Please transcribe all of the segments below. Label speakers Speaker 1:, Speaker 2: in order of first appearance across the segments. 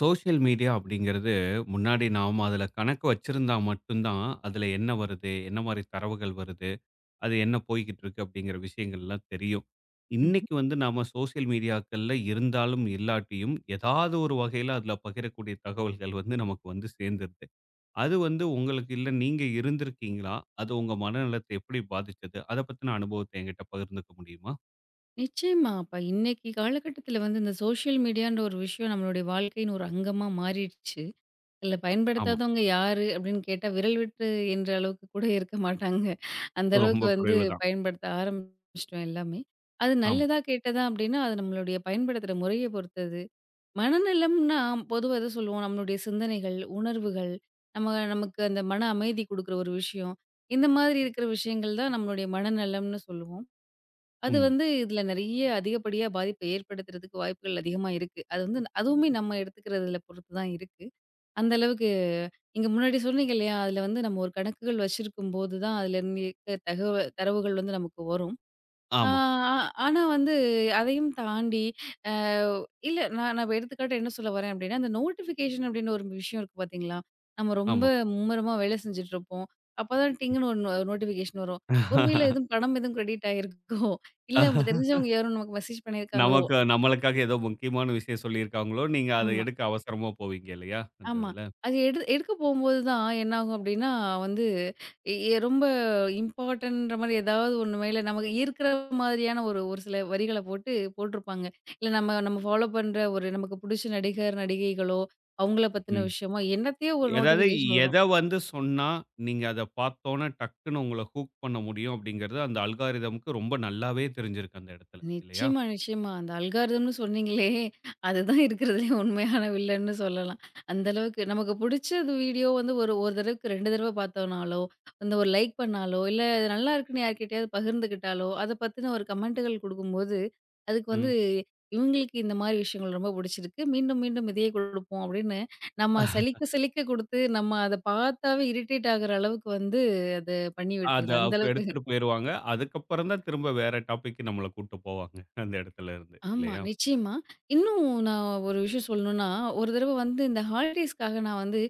Speaker 1: Social media அப்படிங்கிறது முன்னாடி நாம் அதில் கணக்கு வச்சிருந்தா மட்டும்தான் அதில் என்ன வருது, என்ன மாதிரி தரவுகள் வருது, அது என்ன போய்கிட்டு இருக்கு அப்படிங்கிற விஷயங்கள்லாம் தெரியும்.
Speaker 2: ம்ஹ்ம்.
Speaker 1: இன்னைக்கு வந்து நாம் சோஷியல் மீடியாக்களில் இருந்தாலும் இல்லாட்டியும் ஏதாவது ஒரு வகையில் அதில் பகிரக்கூடிய தகவல்கள் வந்து நமக்கு வந்து சேர்ந்துருது. அது வந்து உங்களுக்கு இல்லை, நீங்கள் இருந்திருக்கீங்களா? அது உங்கள் மனநலத்தை எப்படி பாதிச்சது, அதை பற்றின அனுபவத்தை என்கிட்ட பகிர்ந்துக்க முடியுமா?
Speaker 2: நிச்சயமா. அப்ப இன்னைக்கு காலகட்டத்தில வந்து இந்த சோஷியல் மீடியான்ற ஒரு விஷயம் நம்மளுடைய வாழ்க்கையின் ஒரு அங்கமா மாறிடுச்சு. அதில
Speaker 1: ஆமாம்.
Speaker 2: பயன்படுத்தாதவங்க யாரு? அப்படின்னு கேட்டா விரல் விட்டு எண்ற அளவுக்கு கூட இருக்க மாட்டாங்க. அந்த
Speaker 1: ரொம்ப
Speaker 2: அளவுக்கு வந்து
Speaker 1: குறைவு தான்.
Speaker 2: பயன்படுத்த ஆரம்பிச்சுட்டோம் எல்லாமே. அது
Speaker 1: ஆமாம்.
Speaker 2: நல்லதா, கெட்டதா அப்படின்னா அது நம்மளுடைய பயன்படுத்துற முறைய பொறுத்தது. மனநலம்னா பொதுவா எத சொல்லுவோம்? நம்மளுடைய சிந்தனைகள், உணர்வுகள், நம்ம நமக்கு அந்த மன அமைதி குடுக்குற ஒரு விஷயம். இந்த மாதிரி இருக்கிற விஷயங்கள் தான் நம்மளுடைய மனநலம்னு சொல்லுவோம். அது
Speaker 1: உண்மை.
Speaker 2: வந்து இதுல நெறைய அதிகப்படியா பாதிப்ப ஏற்படுத்துறதுக்கு வாய்ப்புகள் அதிகமா இருக்கு. அது வந்து அதுவுமே நம்ம எடுத்துக்கிறதுல பொறுத்து தான் இருக்கு. அந்த அளவுக்கு நீங்க முன்னாடி சொன்னீங்க இல்லையா? அதுல வந்து நம்ம ஒரு கணக்குகள் வச்சிருக்கும்போது தான் அதுல இருந்து இருக்க தகவ தரவுகள் வந்து நமக்கு வரும். ஆ
Speaker 1: ஆமாம்.
Speaker 2: ஆ, ஆனா வந்து அதையும் தாண்டி, அ இல்ல நான் நான் இப்ப எடுத்துக்காட்டா என்ன சொல்ல வரேன் அப்டின்னா, அந்த நோட்டிஃபிகேஷன் அப்டின்னு ஒரு விஷயம் இருக்கு பார்த்தீங்களா? நம்ம ரொம்ப
Speaker 1: ஆமாம்.
Speaker 2: மும்முரமா வேலை செஞ்சுட்ருப்போம். அப்பதான் டிங்குன்னு ஒரு நோட்டிஃபிகேஷன் வரும். ஒருவேள எதுவும் பணம் எதுவும் கிரெடிட் ஆயிருக்கோ, இல்ல தெரிஞ்சவங்க யாரும் நமக்கு மெசேஜ் பண்ணியிருக்காங்களோ
Speaker 1: நமக்கு நம்மளுக்காக ஏதோ முக்கியமான விஷயம் சொல்லியிருக்காங்களோ, நீங்க அத
Speaker 2: ஆமா.
Speaker 1: எடுக்க அவசரமா போவீங்க இல்லையா? அந்த
Speaker 2: ஆமா.
Speaker 1: இதுல.
Speaker 2: அது எடுக்க போம்போது தான் என்னாகும் அப்டின்னா வந்து, எ எ ரொம்ப இம்பார்ட்டன்ட்ன்ற மாரி ஏதாவது ஒண்ணு மேல நமக்கு ஈர்க்கிற மாதிரியான ஒரு ஒரு சில வரிகள போட்டு போட்டிருப்பாங்க. இல்ல நம்ம நம்ம ஃபாலோ பண்ற ஒரு நமக்கு புடிச்ச நடிகர், நடிகைகளோ, அவங்கள பத்தின
Speaker 1: ம்.
Speaker 2: விஷயமோ, என்னத்தையோ ஒரு
Speaker 1: அதாவது
Speaker 2: நோட்டிஃபிகேஷன்
Speaker 1: எத
Speaker 2: வரும்.
Speaker 1: வந்து சொன்னா, நீங்க அத பார்த்தோன டக்குன்னு உங்கள ஹூக் பண்ண முடியும் அப்படிங்கிறது அந்த அல்காரிதம்க்கு ரொம்ப நல்லாவே தெரிஞ்சிருக்கு அந்த இடத்துல. இல்லையா?
Speaker 2: நிச்சயமா, நிச்சயமா. அந்த அல்காரிதம்னு சொன்னீங்களே, அதுதான் இருக்கிறதுலயே உண்மையான வில்லன்னு சொல்லலாம். அந்த அளவுக்கு நமக்கு புடிச்சது வீடியோ வந்து ஒரு ஒரு தடவைக்கு 2 தடவ பார்த்தோம்னாலோ, அந்த ஒரு லைக் பண்ணாலோ, இல்ல இது நல்லா இருக்குன்னு யார்கிட்டயாவது பகிர்ந்துக்கிட்டாலோ, அத பத்தின ஒரு கமெண்ட்டுகள் குடுக்கும்போது, அதுக்கு வந்து
Speaker 1: ம்.
Speaker 2: இவங்களுக்கு இந்த மாரி விஷயங்கள் ரொம்ப புடிச்சிருக்கு. மீண்டும், மீண்டும் இதையே குடுப்போம் அப்படின்னு நம்ம சலிக்க சலிக்க குடுத்து, நம்ம அத பார்த்தாவே இரிட்டேட் ஆகுற அளவுக்கு வந்து அத பண்ணி
Speaker 1: அத
Speaker 2: விட்டுருது. அந்த
Speaker 1: அவங்க
Speaker 2: அளவுக்கு
Speaker 1: எடுத்துட்டு போயிருவாங்க. அதுக்கப்புறம் தான் திரும்ப வேற டாபிக் நம்மள கூட்டு போவாங்க அந்த இடத்துல இருந்து.
Speaker 2: ஆமா.
Speaker 1: இல்லையா?
Speaker 2: நிச்சயமா. இன்னும் நான் ஒரு விஷயம் சொல்லணும்னா, ஒரு தடவ வந்து இந்த ஹாலிடேஸ்க்காக நான் வந்து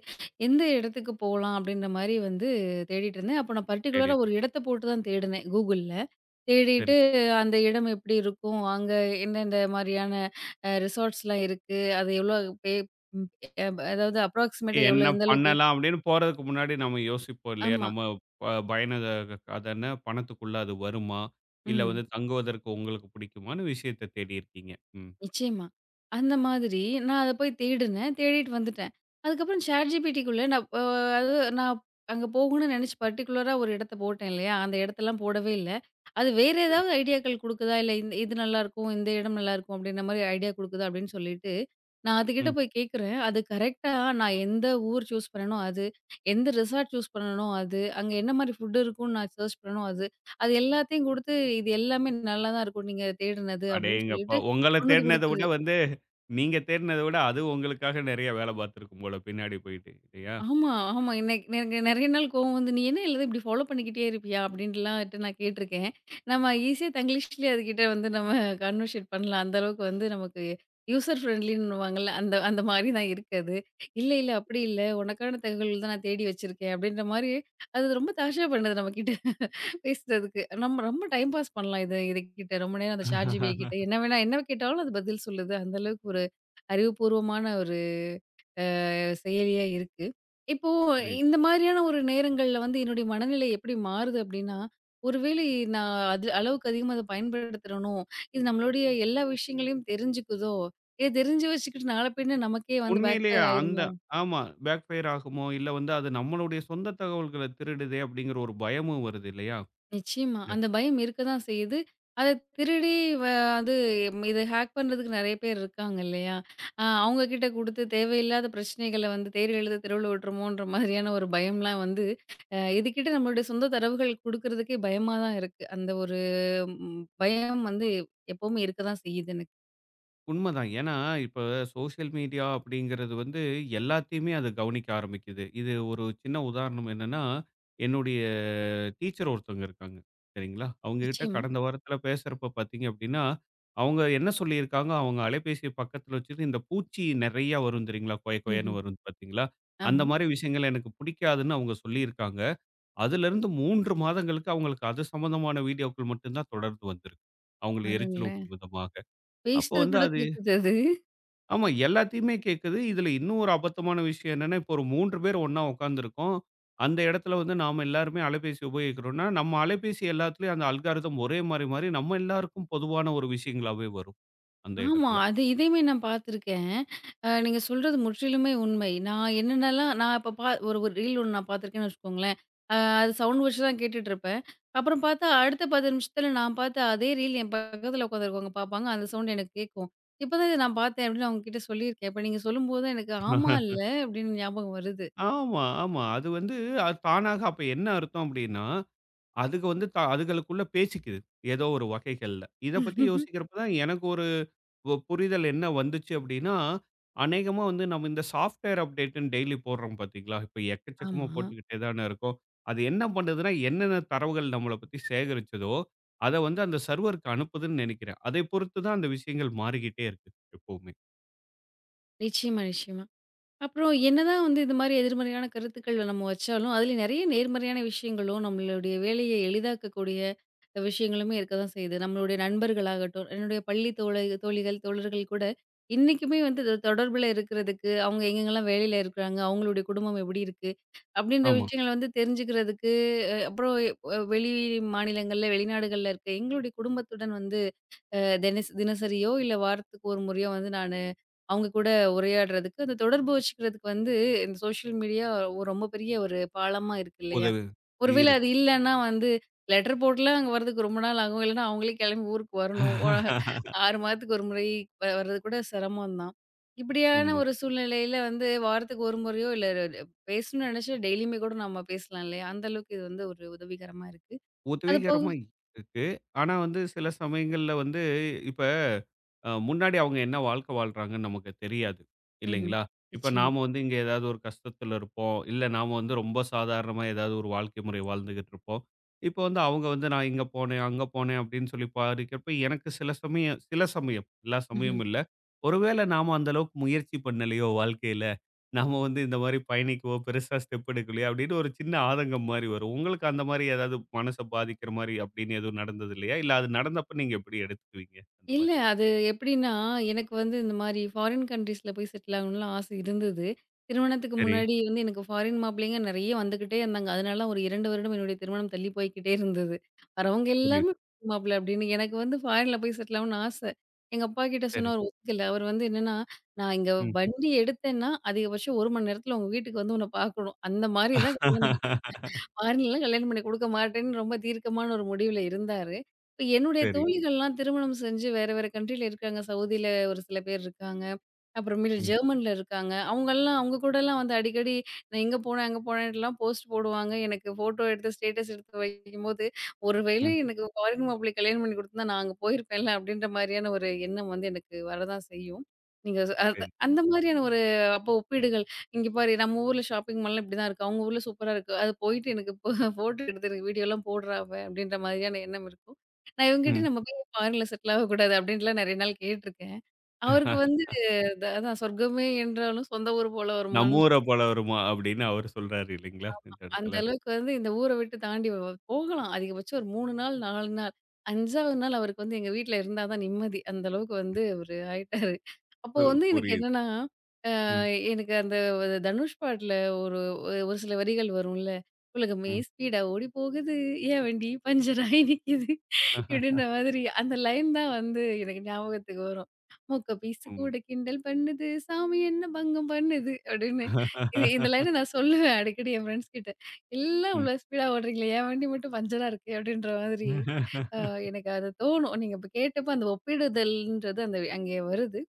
Speaker 2: எந்த இடத்துக்கு போலாம் அப்படின்ற மாரி வந்து தேடிட்டு இருந்தேன். அப்ப நான்
Speaker 1: சரி.
Speaker 2: பர்ட்டிகுலரா ஒரு இடத்த போட்டு தான் தேடுனேன் கூகுள்ல.
Speaker 1: சரி.
Speaker 2: தேடிட்டு அந்த இடம் எப்படி இருக்கும்? அங்க எந்தெந்த மாரியான அ ரிசார்ட்ஸ்லாம் இருக்கு? அது எவ்வளோ பே ம் அதாவது அப்ராக்ஸிமேட்டா எவ்வளோ
Speaker 1: என்ன
Speaker 2: எந்த அளவுக்கு
Speaker 1: பண்ணலாம் அப்படின்னு போறதுக்கு முன்னாடி நம்ம யோசிப்போம் இல்லையா?
Speaker 2: ஆமா.
Speaker 1: நம்ம ப பயண அதன பணத்துக்குள்ள அது வருமா? இல்ல
Speaker 2: ம்.
Speaker 1: வந்து தங்குவதற்கு உங்களுக்கு பிடிக்குமான்னு விஷயத்த தேடி இருக்கீங்க. ம்.
Speaker 2: நிச்சயமா. அந்த மாதிரி நான் அத போய் தேடுனேன். தேடிட்டு வந்துட்டேன். அதுக்கப்புறம் ChatGPTக்குள்ள நான் அ அது நான் அங்க போகணும்னு நெனச்சு பர்ட்டிகுலரா ஒரு இடத்த போட்டேன் இல்லையா? அந்த இடத்தெல்லாம் போடவே இல்ல. அது வேற
Speaker 1: சரி.
Speaker 2: ஏதாவது ஐடியாக்கள் குடுக்குதா, இல்ல இந்த இது நல்லாருக்கும், இந்த இடம் நல்லாருக்கும் அப்டின்ற மாரி ஐடியா குடுக்குதா அப்டின்னு சொல்லிட்டு, நான் அதுகிட்ட
Speaker 1: ம்.
Speaker 2: போய் கேட்குறேன். அது கரெக்ட்டா நான் எந்த ஊர் சூஸ் பண்ணனோ அது, எந்த ரிசார்ட் சூஸ் பண்ணனோ அது, அங்க என்ன மாரி ஃபுட் இருக்கும்னு நான் சர்ச் பண்ணனோ அது, அது எல்லாத்தையும் குடுத்து, இது எல்லாமே நல்லா தான் இருக்கும் நீங்க தேடுனது அப்டின்னு
Speaker 1: அடேங்கப்பா!
Speaker 2: சொல்லிட்டு
Speaker 1: உங்கள
Speaker 2: கொண்டு வந்து
Speaker 1: தேடினத விட
Speaker 2: குடுக்குது.
Speaker 1: வந்து நீங்க தேடினத விட அது உங்களுக்காக நெறைய வேல பார்த்துருக்கும் போல பின்னாடி போயிட்டு இல்லையா?
Speaker 2: ஆமா, ஆமா. எனக்கு எனக்கு நெறைய நாள் கோவம் வந்து, "நீ என்ன எல்லாத்தையும் இப்படி ஃபாலோ பண்ணிக்கிட்டே இருப்பியா?" அப்படின்ட்டுலான்ட்டு நான் கேட்டுருக்கேன். நம்ம ஈஸியா தங்கிலீஷ்லயே அதுகிட்ட வந்து நம்ம கான்வர்சேட் பண்ணலாம். அந்த அளவுக்கு வந்து நமக்கு யூசர் ஃப்ரெண்ட்லின்னுவாங்கல்ல, அந்த அந்த மாரி தான் இருக்கு அது. "இல்ல, இல்ல அப்படி இல்ல. உனக்கான தகவல் தான் நான் தேடி வச்சிருக்கேன்." அப்படின்ற மாரி அது ரொம்ப தார்ஷா பண்ணுது நம்மகிட்ட பேசுறதுக்கு. நம்ம ரொம்ப டைம் பாஸ் பண்ணலாம் இது இதுகிட்ட. ரொம்ப நேரம் அந்த ChatGPT கிட்ட என்ன வேணா என்ன கேட்டாலும் அது பதில் சொல்லுது. அந்த அளவுக்கு ஒரு அறிவுபூர்வமான ஒரு செயலியா இருக்கு. இப்போ
Speaker 1: புரியுது.
Speaker 2: இந்த மாதிரியான ஒரு நேரங்கள்ல வந்து என்னுடைய மனநிலை எப்படி மாறுது அப்படின்னா, ஒருவேளை நான் அது அளவுக்கு அதிகமா அத பயன்படுத்துறனோ, இது நம்மளுடைய எல்லா விஷயங்களையும் தெரிஞ்சுக்குதோ, இத தெரிஞ்சு வச்சுக்கிட்டு நாள பின்ன நமக்கே வந்து பேக்
Speaker 1: உண்மையிலேயே
Speaker 2: ஃபயர்
Speaker 1: அந்த
Speaker 2: ஆயிருமோ?
Speaker 1: ஆமா. பேக் ஃபயர் ஆகுமோ? இல்ல வந்து அது நம்மளுடைய சொந்த தகவல்கள திருடுதே அப்படிங்கிற ஒரு பயமும் வருது இல்லையா?
Speaker 2: நிச்சயமா. அந்த பயம் இருக்க தான் செய்யுது. அத திருடி வ அது இத ஹேக் பண்றதுக்கு நெறைய பேர் இருக்காங்க இல்லையா? அவங்க கிட்ட குடுத்து தேவையில்லாத பிரச்சனைகள வந்து தேர் எழுத தெருவுல விட்டுருமோன்ற மாதிரியான ஒரு பயம்லாம் வந்து, அ இதுக்கிட்ட நம்மளுடைய சொந்த தரவுகள் குடுக்குறதுக்கே பயமா தான் இருக்கு. அந்த ஒரு பயம் வந்து எப்பவுமே இருக்க தான் செய்யுது எனக்கு.
Speaker 1: உண்மதான். ஏன்னா, இப்ப சோசியல் மீடியா அப்படிங்கிறது வந்து எல்லாத்தையுமே அது கவனிக்க ஆரம்பிக்குது. இது ஒரு சின்ன உதாரணம் என்னன்னா, என்னுடைய டீச்சர் ஒருத்தவங்க இருக்காங்க. சரிங்களா? அவங்க கிட்ட
Speaker 2: நிச்சயமா.
Speaker 1: கடந்த வாரத்தில பேசுறப்ப பார்த்தீங்க அப்படின்னா, அவங்க என்ன சொல்லியிருக்காங்க, அவங்க அலைபேசிய பக்கத்தில வச்சுட்டு இந்த பூச்சி நெறையா வரும் தெரியுங்களா? கொய கொயன்னு
Speaker 2: ம்ஹ்ம்.
Speaker 1: வரும் பார்த்தீங்களா? அந்த
Speaker 2: ஆமா.
Speaker 1: மாரி விஷயங்கள் எனக்கு பிடிக்காதுன்னு அவங்க சொல்லியிருக்காங்க. அதிலிருந்து 3 மாதங்களுக்கு அவங்களுக்கு அது சம்மந்தமான வீடியோக்கள் மட்டும் தான் தொடர்ந்து வந்திருக்கு, அவங்கள
Speaker 2: பாருங்களேன்.
Speaker 1: எரிச்சலூட்டும் விதமாக. அப்போ
Speaker 2: பேசுறது
Speaker 1: வந்து
Speaker 2: கூட
Speaker 1: அது
Speaker 2: கேக்குது அது.
Speaker 1: ஆமா. எல்லாத்தையுமே கேட்குது. இதுல இன்னும் ஒரு அபத்தமான விஷயம் என்னன்னா, இப்போ ஒரு 3 பேர் ஒண்ணா உட்கார்ந்துருக்கோம். அந்த இடத்துல வந்து நாம எல்லாருமே அலைபேசி உபயோகிக்கிறோம்னா, நம்ம அலைபேசி எல்லாத்துலயும் அந்த அல்காரிதம் ஒரே மாரி மாறி நம்ம எல்லாருக்கும் பொதுவான ஒரு விஷயங்களாவே வரும் அந்த
Speaker 2: ஆமா.
Speaker 1: இடத்துல.
Speaker 2: அது இதையுமே நான் பார்த்துருக்கேன். நீங்க சொல்றது முற்றிலுமே உண்மை. நான் என்னென்னலாம் நான் இப்ப ஒரு ஒரு ரீல் ஒண்ணு நான் பார்த்துருக்கேன்னு வச்சுக்கோங்களேன். அ அது சவுண்ட் வச்சு தான் கேட்டுட்டுருப்பேன். அப்புறம் பார்த்தா அடுத்த 10 நிமிஷத்தில நான் பார்த்த அதே ரீல் என் பக்கத்தில உட்காந்துருக்கவங்க பார்ப்பாங்க. அந்த சவுண்ட் எனக்கு கேட்கும். "இப்பதான் இத நான் பார்த்தேன்" அப்படின்னு அவங்ககிட்ட சொல்லியிருக்கேன். இப்ப நீங்க சொல்லும்போது தான் எனக்கு "ஆமால்ல" அப்படின்னு ஞாபகம் வருது.
Speaker 1: ஆமா, ஆமா. அது வந்து அது தானாக அப்ப என்ன அர்த்தம் அப்டின்னா அதுக வந்து அதுகளுக்குள்ள பேசிக்குது ஏதோ ஒரு வகைகள்ல. இத பத்தி யோசிக்கிறப்ப தான் எனக்கு ஒரு புரிதல் என்ன வந்துச்சு அப்டின்னா, அநேகமா வந்து நம்ம இந்த சாஃப்ட்வேர் அப்டேட்ன்னு டெய்லி போடுறோம் பார்த்தீங்களா? இப்ப எக்கச்சக்கமா
Speaker 2: ஆமா.
Speaker 1: போட்டுக்கிட்டே தானே இருக்கோம். அது என்ன பண்ணுதுன்னா, என்னென்ன தரவுகள் நம்மள பத்தி சேகரிச்சதோ, அத வந்து அந்த சர்வருக்கு அனுப்புதுன்னு நெனைக்கிறேன். அதை பொறுத்து தான் அந்த விஷயங்கள் மாறிக்கிட்டே இருக்கு எப்பவுமே.
Speaker 2: நிச்சயமா, நிச்சயமா. அப்புறம் என்னதான் வந்து இது மாதிரி எதிர்மறையான கருத்துக்கள நம்ம வச்சாலும், அதுல நெறைய நேர்மறையான விஷயங்களும், நம்மளுடைய வேலைய எளிதாக்கக்கூடிய விஷயங்களுமே இருக்க தான் செய்யுது. நம்மளுடைய நண்பர்களாகட்டும், என்னுடைய பள்ளி தோழிகள், தோழர்கள் கூட இன்னைக்குமே வந்து தொடர்புல இருக்கிறதுக்கு, அவங்க எங்கெங்கலாம் வேலையில இருக்கிறாங்க, அவங்களுடைய குடும்பம் எப்படி இருக்கு, அப்படின்ற
Speaker 1: ஆமா.
Speaker 2: விஷயங்கள வந்து தெரிஞ்சுக்கிறதுக்கு, அப்புறம் எ வெளி மாநிலங்கள்ல, வெளிநாடுகள்ல இருக்க எங்களுடைய குடும்பத்துடன் வந்து அ தினஸ் தினசரியோ இல்ல வாரத்துக்கு ஒரு முறையோ வந்து நானு அவங்க கூட உரையாடுறதுக்கு, அந்த தொடர்பு வச்சுக்கிறதுக்கு வந்து இந்த சோஷியல் மீடியா ரொம்ப பெரிய ஒரு பாலமா இருக்கு இல்லையா?
Speaker 1: உதவு
Speaker 2: ஒருவேளை அது
Speaker 1: இருக்கு.
Speaker 2: இல்லன்னா வந்து லெட்டர் போட்டுலாம் அங்க வரதுக்கு ரொம்ப நாள் ஆகும். இல்லன்னா அவங்களே கிளம்பி ஊருக்கு வரணும். 6 மாதத்துக்கு ஒரு முறை வ வர்றது கூட சிரமம் தான். இப்படியான
Speaker 1: உண்ம.
Speaker 2: ஒரு சூழ்நிலையில வந்து வாரத்துக்கு ஒரு முறையோ இல்ல ர ர பேசணும்னு நினைச்சா டெய்லியுமே கூட நம்ம பேசலாம் இல்லையா? அந்த அளவுக்கு இது வந்து ஒரு உதவிகரமா இருக்கு. அது போக
Speaker 1: உதவிகரமா இருக்கு. ஆனா வந்து சில சமயங்கள்ல வந்து இப்ப முன்னாடி அவங்க என்ன வாழ்க்கை வாழ்றாங்கன்னு நமக்கு தெரியாது.
Speaker 2: ம்ஹ்ம்.
Speaker 1: இல்லைங்களா? இப்ப
Speaker 2: நிச்சயமா.
Speaker 1: நாம வந்து இங்க ஏதாவது ஒரு கஷ்டத்துல இருப்போம். இல்ல நாம வந்து ரொம்ப சாதாரணமா ஏதாவது ஒரு வாழ்க்கை முறை வாழ்ந்துகிட்டு இருப்போம். இப்ப வந்து அவங்க வந்து நான் இங்க போனேன், அங்க போனேன் அப்படின்னு சொல்லி பாதிக்கிறப்ப எனக்கு சில சமயம் எல்லா
Speaker 2: ம்ஹ்ம்.
Speaker 1: சமயமும் இல்ல. ஒருவேளை நாம அந்த அளவுக்கு முயற்சி பண்ணலையோ வாழ்க்கையில. நாம வந்து இந்த மாரி பயணிக்கவோ, பெருசா ஸ்டெப் எடுக்கலையோ அப்படின்னு ஒரு சின்ன ஆதங்கம் மாரி வரும். உங்களுக்கு அந்த மாரி ஏதாவது மனச பாதிக்கிற மாரி அப்படின்னு எதுவும் நடந்தது இல்லையா? இல்ல அது நடந்தப்ப நீங்க எப்படி எடுத்துக்குவீங்க? அந்த
Speaker 2: இல்ல.
Speaker 1: மாரி.
Speaker 2: அது எப்படின்னா, எனக்கு வந்து இந்த மாரி ஃபாரின் கண்ட்ரீஸ்ல போய் செட்டில் ஆகணும்லாம் ஆசை இருந்தது. திருமணத்துக்கு
Speaker 1: சரி,
Speaker 2: முன்னாடி வந்து எனக்கு ஃபாரின் மாப்பிள்ளைங்க நெறைய வந்துகிட்டே இருந்தாங்க. அதனால ஒரு 2 வருடம் என்னுடைய திருமணம் தள்ளி போய்க்கிட்டே இருந்தது. வரவங்க எல்லாருமே
Speaker 1: புரியுது.
Speaker 2: foreign மாப்பிள்ளை அப்படின்னு. எனக்கு வந்து ஃபாரின்ல போய் செட்டில் ஆகணும்னு ஆசை. எங்க அப்பாகிட்ட
Speaker 1: சரி.
Speaker 2: சொன்னா அவர் ஒத்துக்கல. அவர் வந்து என்னன்னா, "நான் இங்க
Speaker 1: ம்.
Speaker 2: வண்டி எடுத்தேன்னா, அதிகபட்சம் 1 மணி நேரத்துல உங்க வீட்டுக்கு வந்து உன்ன பார்க்கணும். அந்த மாரி தான் கல்யாணம் ஃபாரின்லாம் கல்யாணம் பண்ணி குடுக்க மாட்டேன்னு ரொம்ப தீர்க்கமான ஒரு முடிவுல இருந்தாரு. இப்ப என்னுடைய
Speaker 1: சரி.
Speaker 2: தோழிகள்லாம் திருமணம் செஞ்சு வேற வேற கண்ட்ரில இருக்காங்க. சவுதில ஒரு சில பேர் இருக்காங்க. அப்புறமேல்
Speaker 1: ம்,
Speaker 2: ஜெர்மன்ல இருக்காங்க. அவங்கலாம் அவங்க கூடலாம் வந்து அடிக்கடி நான் இங்க போனேன், அங்க போனேன்லாம் போஸ்ட் போடுவாங்க. எனக்கு ஃபோட்டோ எடுத்து ஸ்டேட்டஸ் எடுத்து வைக்கும்போது, ஒருவேளை
Speaker 1: ம்.
Speaker 2: எனக்கு ஃபாரின் மாப்பிள்ளை கல்யாணம் பண்ணி குடுத்திருந்தா நான் அங்க போயிருப்பேன்ல அப்படின்ற மாரியான ஒரு எண்ணம் வந்து எனக்கு வரதான் செய்யும். நீங்க
Speaker 1: சரி.
Speaker 2: அந்த மாதிரியான ஒரு அப்போ ஒப்பீடுகள் இங்க பாரு நம்ம ஊர்ல ஷாப்பிங் மால்லாம் இப்படிதான் இருக்கு. அவங்க ஊர்ல சூப்பரா இருக்கு. அது போயிட்டு எனக்கு இப்போ ஃபோட்டோ எடுத்து எனக்கு வீடியோலாம் போடுறா அவ அப்படின்ற மாதிரியான எண்ணம் இருக்கும். நான்
Speaker 1: ம்.
Speaker 2: இவங்ககிட்டயும் நம்ம போய் ஃபாரின்ல செட்டில் ஆகக்கூடாது அப்படின்ட்டுலாம் நெறைய நாள் கேட்டுருக்கேன். அவருக்கு வந்து த அதான் சொர்க்கமே என்றாலும் சொந்த ஊர் போல ஒரு
Speaker 1: "நம்ம
Speaker 2: மண்.
Speaker 1: ஊர போல வருமா" அப்படின்னு அவரு சொல்றாரு இல்லைங்களா? இந்த
Speaker 2: அந்த
Speaker 1: இடத்துல.
Speaker 2: அளவுக்கு வந்து இந்த ஊர விட்டு தாண்டி போகலாம். அதிகபட்சம் ஒரு 3 நாள், 4 நாள். 5வது நாள் அவருக்கு வந்து எங்க வீட்ல இருந்தா தான் நிம்மதி. அந்த அளவுக்கு வந்து அவரு ஆயிட்டாரு. அப்போ
Speaker 1: பு
Speaker 2: வந்து எனக்கு
Speaker 1: புரியுது.
Speaker 2: என்னன்னா
Speaker 1: ம்,
Speaker 2: எனக்கு அந்த ஒரு தனுஷ் பாட்டுல ஒரு ஒரு ஒரு சில வரிகள் வரும்ல. "உலகமே
Speaker 1: ம்.
Speaker 2: ஸ்பீடா ஓடி போகுது, என் வண்டி பஞ்சர் ஆயி நிக்குது" இப்படின்ற மாதிரி அந்த லைன் தான் வந்து எனக்கு ஞாபகத்துக்கு வரும். "மொக்க பீஸு
Speaker 1: உண்ம.
Speaker 2: கூட கிண்டல் பண்ணுது, சாமி என்ன பங்கம் பண்ணுது" அப்படின்னு. இது இந்த லைன நான் சொல்லுவேன் அடிக்கடி என் ஃப்ரெண்ட்ஸ் கிட்ட. "எல்லாம்
Speaker 1: ம்.
Speaker 2: இவ்வளோ ஸ்பீடா ஓடுறீங்களே, என் வண்டி மட்டும் பஞ்சரா இருக்கே" அப்படின்ற மாதிரி. அ எனக்கு அது தோணும். நீங்க இப்ப கேட்டப்போ அந்த ஒப்பிடுதல்ன்றது அந்த அங்கே வருது.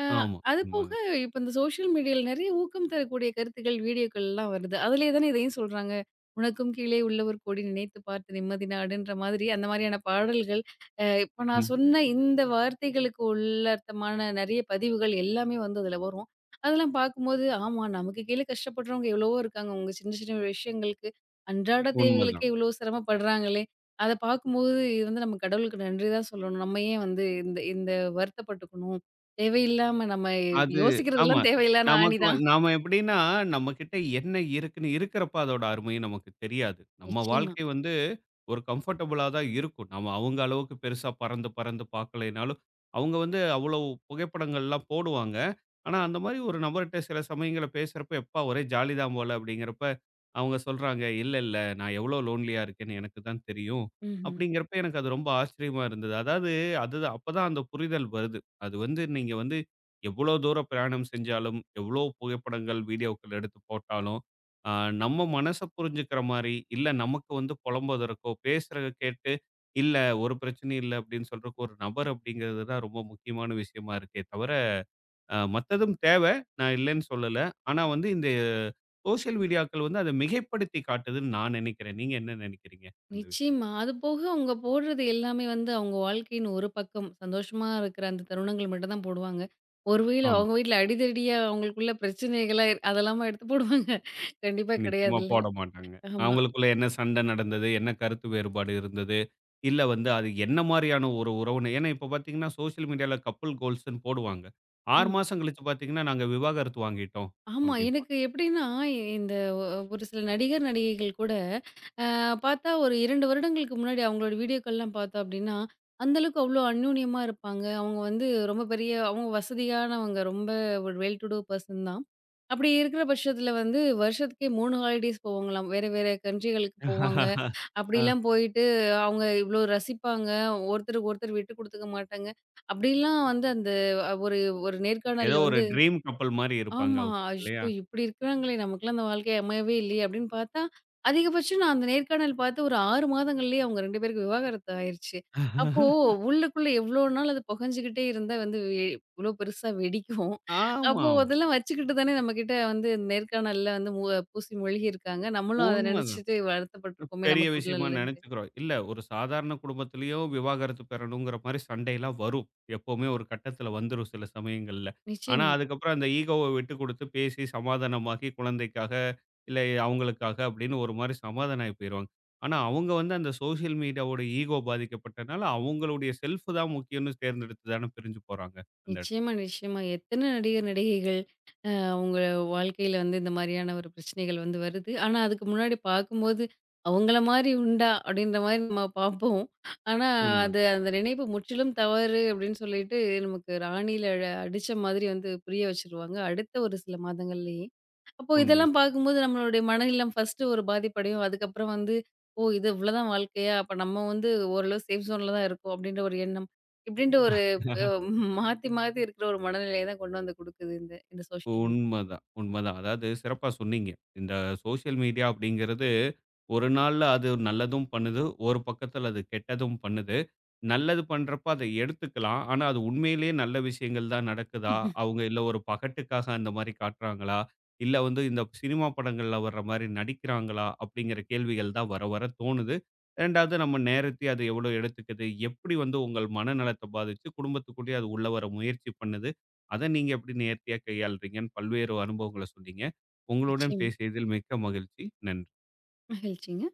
Speaker 2: அ
Speaker 1: ஆமா.
Speaker 2: அது போக
Speaker 1: உண்மதான்.
Speaker 2: இப்ப இந்த சோஷியல் மீடியால நெறைய ஊக்கம் தரக்கூடிய கருத்துக்கள், வீடியோக்கள்லாம் வருது. அதிலே தானே இதையும் சொல்றாங்க. "உனக்கும் கீழே உள்ளவர் கோடி நினைத்து பார்த்து நிம்மதி நாடுன்ற" மாதிரி அந்த மாதிரியான பாடல்கள். அ இப்ப நான்
Speaker 1: ம்.
Speaker 2: சொன்ன இந்த வார்த்தைகளுக்கு உள்ளர்த்தமான நெறைய பதிவுகள் எல்லாமே வந்து அதில வரும். அதெல்லாம் பார்க்கும்போது, ஆமா நமக்கு கீழே கஷ்டப்படுறவங்க எவ்வளவோ இருக்காங்க. உங்க சின்ன சின்ன விஷயங்களுக்கு, அன்றாட
Speaker 1: உண்மதான்.
Speaker 2: தேவைகளுக்கே இவ்வளோ சிரமப்படுறாங்களே! அத பார்க்கும்போது, இது வந்து நம்ம கடவுளுக்கு நன்றி தான் சொல்லணும். நம்ம ஏன் வந்து இந்த இந்த வருத்தப்பட்டுக்கணும்? தேவையில்லாம நம்ம
Speaker 1: அது ஆமா.
Speaker 2: யோசிக்கிறதெல்லாம் தேவையில்லாத ஆணி
Speaker 1: நமக்கு
Speaker 2: தான்.
Speaker 1: நாம எப்படின்னா, நம்மகிட்ட என்ன இருக்குன்னு இருக்கிறப்ப அதோட அருமை நமக்கு தெரியாது. நம்ம
Speaker 2: நிச்சயமா.
Speaker 1: வாழ்க்கை வந்து ஒரு கம்ஃபர்டபுளா தான் இருக்கும். நம்ம அவங்க அளவுக்கு பெருசா பறந்து, பறந்து பார்க்கலைனாலும், அவங்க வந்து அவ்வளவு புகைப்படங்கள்லாம் போடுவாங்க. ஆனா, அந்த மாரி ஒரு நபர்ட்ட சில சமயங்கள்ல பேசுறப்ப, "எப்பா ஒரே ஜாலி தான் போல" அப்படிங்கிறப்ப, அவங்க சொல்றாங்க, "இல்ல, இல்ல நான் எவ்வளோ லோன்லியா இருக்கேன்னு எனக்கு தான் தெரியும்."
Speaker 2: ம்ஹ்ம்.
Speaker 1: அப்படிங்கிறப்ப எனக்கு அது ரொம்ப ஆச்சரியமா இருந்தது. அதாவது அது அப்பதான் அந்த புரிதல் வருது. அது வந்து நீங்க வந்து எவ்வளோ தூரம் பிரயாணம் செஞ்சாலும், எவ்வளோ புகைப்படங்கள், வீடியோக்கள் எடுத்து போட்டாலும், அ நம்ம மனச புரிஞ்சுக்கிற மாரி, இல்ல நமக்கு வந்து புலம்புவதற்கோ, பேசுறத கேட்டு, "இல்ல ஒரு பிரச்சனையும் இல்ல" அப்படின்னு சொல்றதுக்கு ஒரு நபர் அப்படிங்கிறது தான் ரொம்ப முக்கியமான விஷயமா இருக்கே தவிர, மத்ததும் தேவை, நான் இல்லைன்னு சொல்லல. ஆனா வந்து இந்த சோசியல் மீடியாக்கள் வந்து அத மிகைப்படுத்தி காட்டுதுன்னு நான் நெனைக்கிறேன். நீங்க என்ன நெனைக்கிறீங்க அந்த விஷயத்த?
Speaker 2: நிச்சயமா. அது போக அவங்க போடுறது எல்லாமே வந்து அவங்க வாழ்க்கையின் ஒரு பக்கம். சந்தோஷமா இருக்கிற அந்த தருணங்கள் மட்டும் தான் போடுவாங்க. ஒருவேளை
Speaker 1: ஆமா.
Speaker 2: அவங்க வீட்ல அடிதடியா அவங்களுக்குள்ள பிரச்சனைகளா அதெல்லாமா எடுத்து போடுவாங்க. கண்டிப்பா
Speaker 1: நிச்சயமா
Speaker 2: கிடையாதுல்ல.
Speaker 1: போட மாட்டாங்க.
Speaker 2: ஆமா.
Speaker 1: அவங்களுக்குள்ள என்ன சண்டை நடந்தது? என்ன கருத்து வேறுபாடு இருந்தது? இல்ல வந்து அது என்ன மாரியான ஒரு உறவுன்னு ஏன்னா இப்ப பார்த்தீங்கன்னா, சோசியல் மீடியால கப்புள் கோல்ஸ்ன்னு போடுவாங்க. 6
Speaker 2: ம்.
Speaker 1: மாசம் கழிச்சு பார்த்தீங்கன்னா, நாங்க விவாகரத்து வாங்கிட்டோம்
Speaker 2: ஆமா.
Speaker 1: அப்படிம்பாங்க.
Speaker 2: எனக்கு எப்படின்னா, இந்த ஒ ஒரு சில நடிகர், நடிகைகள் கூட அ பார்த்தா ஒரு 2 வருடங்களுக்கு முன்னாடி அவங்களோட வீடியோக்கள்லாம் பார்த்தோம் அப்படின்னா, அந்த அளவுக்கு அவ்வளோ அந்யோன்யமா இருப்பாங்க. அவங்க வந்து ரொம்ப பெரிய அவங்க வசதியானவங்க. ரொம்ப ஒரு வெல் டு டூ பெர்சன் தான். அப்படி இருக்கிற பட்சத்தில வந்து வருஷத்துக்கே 3 ஹாலிடேஸ் போவாங்களாம். வேற வேற கண்ட்ரிகளுக்கு போவாங்க.
Speaker 1: அ
Speaker 2: அப்படிலாம் போயிட்டு அவங்க இவ்வளோ ரசிப்பாங்க. ஒருத்தருக்கு ஒருத்தர் விட்டு குடுத்துக்க மாட்டாங்க. அப்படிலாம் வந்து அந்த ஒரு ஒரு
Speaker 1: ஏதோ
Speaker 2: நேர்காணல்ல
Speaker 1: ஒரு
Speaker 2: வந்து
Speaker 1: ட்ரீம் கப்புள் மாரி இருப்பாங்க
Speaker 2: ஆமா.
Speaker 1: அவங்க இல்லையா?
Speaker 2: அச்சோ! இப்படி இருக்கிறாங்களே! நமக்கெல்லாம் அந்த வாழ்க்கை அமையவே இல்லையே! அப்படின்னு பார்த்தா, அதிகபட்சம் நான் அந்த நேர்காணல் பார்த்து ஒரு 6 மாதங்கள்லயே அவங்க 2 பேருக்கும் விவாகரத்து ஆயிருச்சு. அப்போ உள்ளுக்குள்ள எவ்வளோ நாள் அது புகஞ்சுகிட்டே இருந்தா வந்து எ இவ்வளோ பெருசா வெடிக்கும். அப்போ
Speaker 1: ஆமாம்.
Speaker 2: அதெல்லாம் வச்சுக்கிட்டு தானே நம்மகிட்ட வந்து இந்த நேர்காணல்ல வந்து பூசி மொழ்கியிருக்காங்க. நம்மளும் அத
Speaker 1: உண்மதான்.
Speaker 2: நினைச்சுட்டு வருத்தப்பட்டுருக்கோமே
Speaker 1: பெரிய
Speaker 2: நமக்கு இவ்வளோ
Speaker 1: விஷயமா
Speaker 2: இல்லன்ட்டு.
Speaker 1: நினைச்சுக்கிறோம். இல்ல ஒரு சாதாரண குடும்பத்திலயும் விவாகரத்து பெறணுங்கிற மாரி சண்டைலாம் வரும். எப்பவுமே ஒரு கட்டத்தில வந்துரும் சில சமயங்கள்ல. ஆனா
Speaker 2: நிச்சயமா,
Speaker 1: அதுக்கப்புறம் அந்த ஈகோவ விட்டுக் குடுத்து பேசி சமாதானமாகி குழந்தைக்காக, இல்ல அவங்களுக்காக அப்படின்னு ஒரு மாரி சமாதானம் ஆயி போயிருவாங்க. ஆனா அவங்க வந்து அந்த சோசியல் மீடியாவோட ஈகோ பாதிக்கப்பட்டனால அவங்களுடைய செல்ஃப் தான் முக்கியம்னு தேர்ந்தெடுத்து தானே பிரிஞ்சு போறாங்க அந்த இடத்துல.
Speaker 2: நிச்சயமா, நிச்சயமா. எத்தன நடிகர், நடிகைகள் அ அவங்க வாழ்க்கையில வந்து இந்த மாரியான ஒரு பிரச்சனைகள் வந்து வருது. ஆனா, அதுக்கு முன்னாடி பார்க்கும்போது, "அவங்கள மாரி உண்டா?" அப்படின்ற மாரி நம்ம பார்ப்போம். ஆனா,
Speaker 1: உண்ம.
Speaker 2: அது அந்த நினைப்பு முற்றிலும் தவறு அப்படின்னு சொல்லிட்டு, நமக்கு ராணியில அடிச்ச மாதிரி வந்து புரிய வச்சுருவாங்க, அடுத்த ஒரு சில மாதங்கள்லயே. அப்போ
Speaker 1: உண்மை.
Speaker 2: இதெல்லாம் பார்க்கும்போது நம்மளுடைய மனநலம் ஃபர்ஸ்ட்டு ஒரு பாதிப்படையும். அதுக்கப்புறம் வந்து, "ஓ! இது இவ்வளோதான் வாழ்க்கையா? அப்ப நம்ம வந்து ஓரளவு சேஃப் ஜோன்ல தான் இருக்கோம்." அப்படின்ற ஒரு எண்ணம். இப்படின்ட்டு ஒரு அ மாத்தி மாத்தி இருக்கிற ஒரு மனநிலைய தான் கொண்டு வந்து குடுக்குது இந்த இந்த சோசியல் மீடியா.
Speaker 1: உண்மதான், உண்மதான். அதாவது சிறப்பா சொன்னீங்க. இந்த சோசியல் மீடியா அப்படிங்கிறது, ஒரு நாள்ல அது நல்லதும் பண்ணுது. ஒரு பக்கத்துல அது கெட்டதும் பண்ணுது. நல்லது பண்றப்ப அத எடுத்துக்கலாம். ஆனா, அது உண்மையிலேயே நல்ல விஷயங்கள் தான் நடக்குதா? அவங்க இல்ல ஒரு பகட்டுக்காக அந்த மாரி காட்டுறாங்களா? இல்ல வந்து இந்த சினிமா படங்கள்ல வர்ற மாரி நடிக்கிறாங்களா? அப்படிங்கிற கேள்விகள் தான் வர வர தோணுது. 2வது நம்ம நேரத்தையும் அது எவ்வளோ எடுத்துக்குது? எப்படி வந்து உங்கள் மனநலத்த பாதிச்சு குடும்பத்துக்குள்ளேயே அது உள்ள வர முயற்சி பண்ணுது? அத நீங்க எப்படி நேர்த்தியா கையாள்றீங்கன்னு பல்வேறு அனுபவங்கள சொன்னீங்க. உங்களுடன்
Speaker 2: நிச்சயமா.
Speaker 1: பேசியதில் மிக்க மகிழ்ச்சி. நன்றி.
Speaker 2: மகிழ்ச்சிங்க.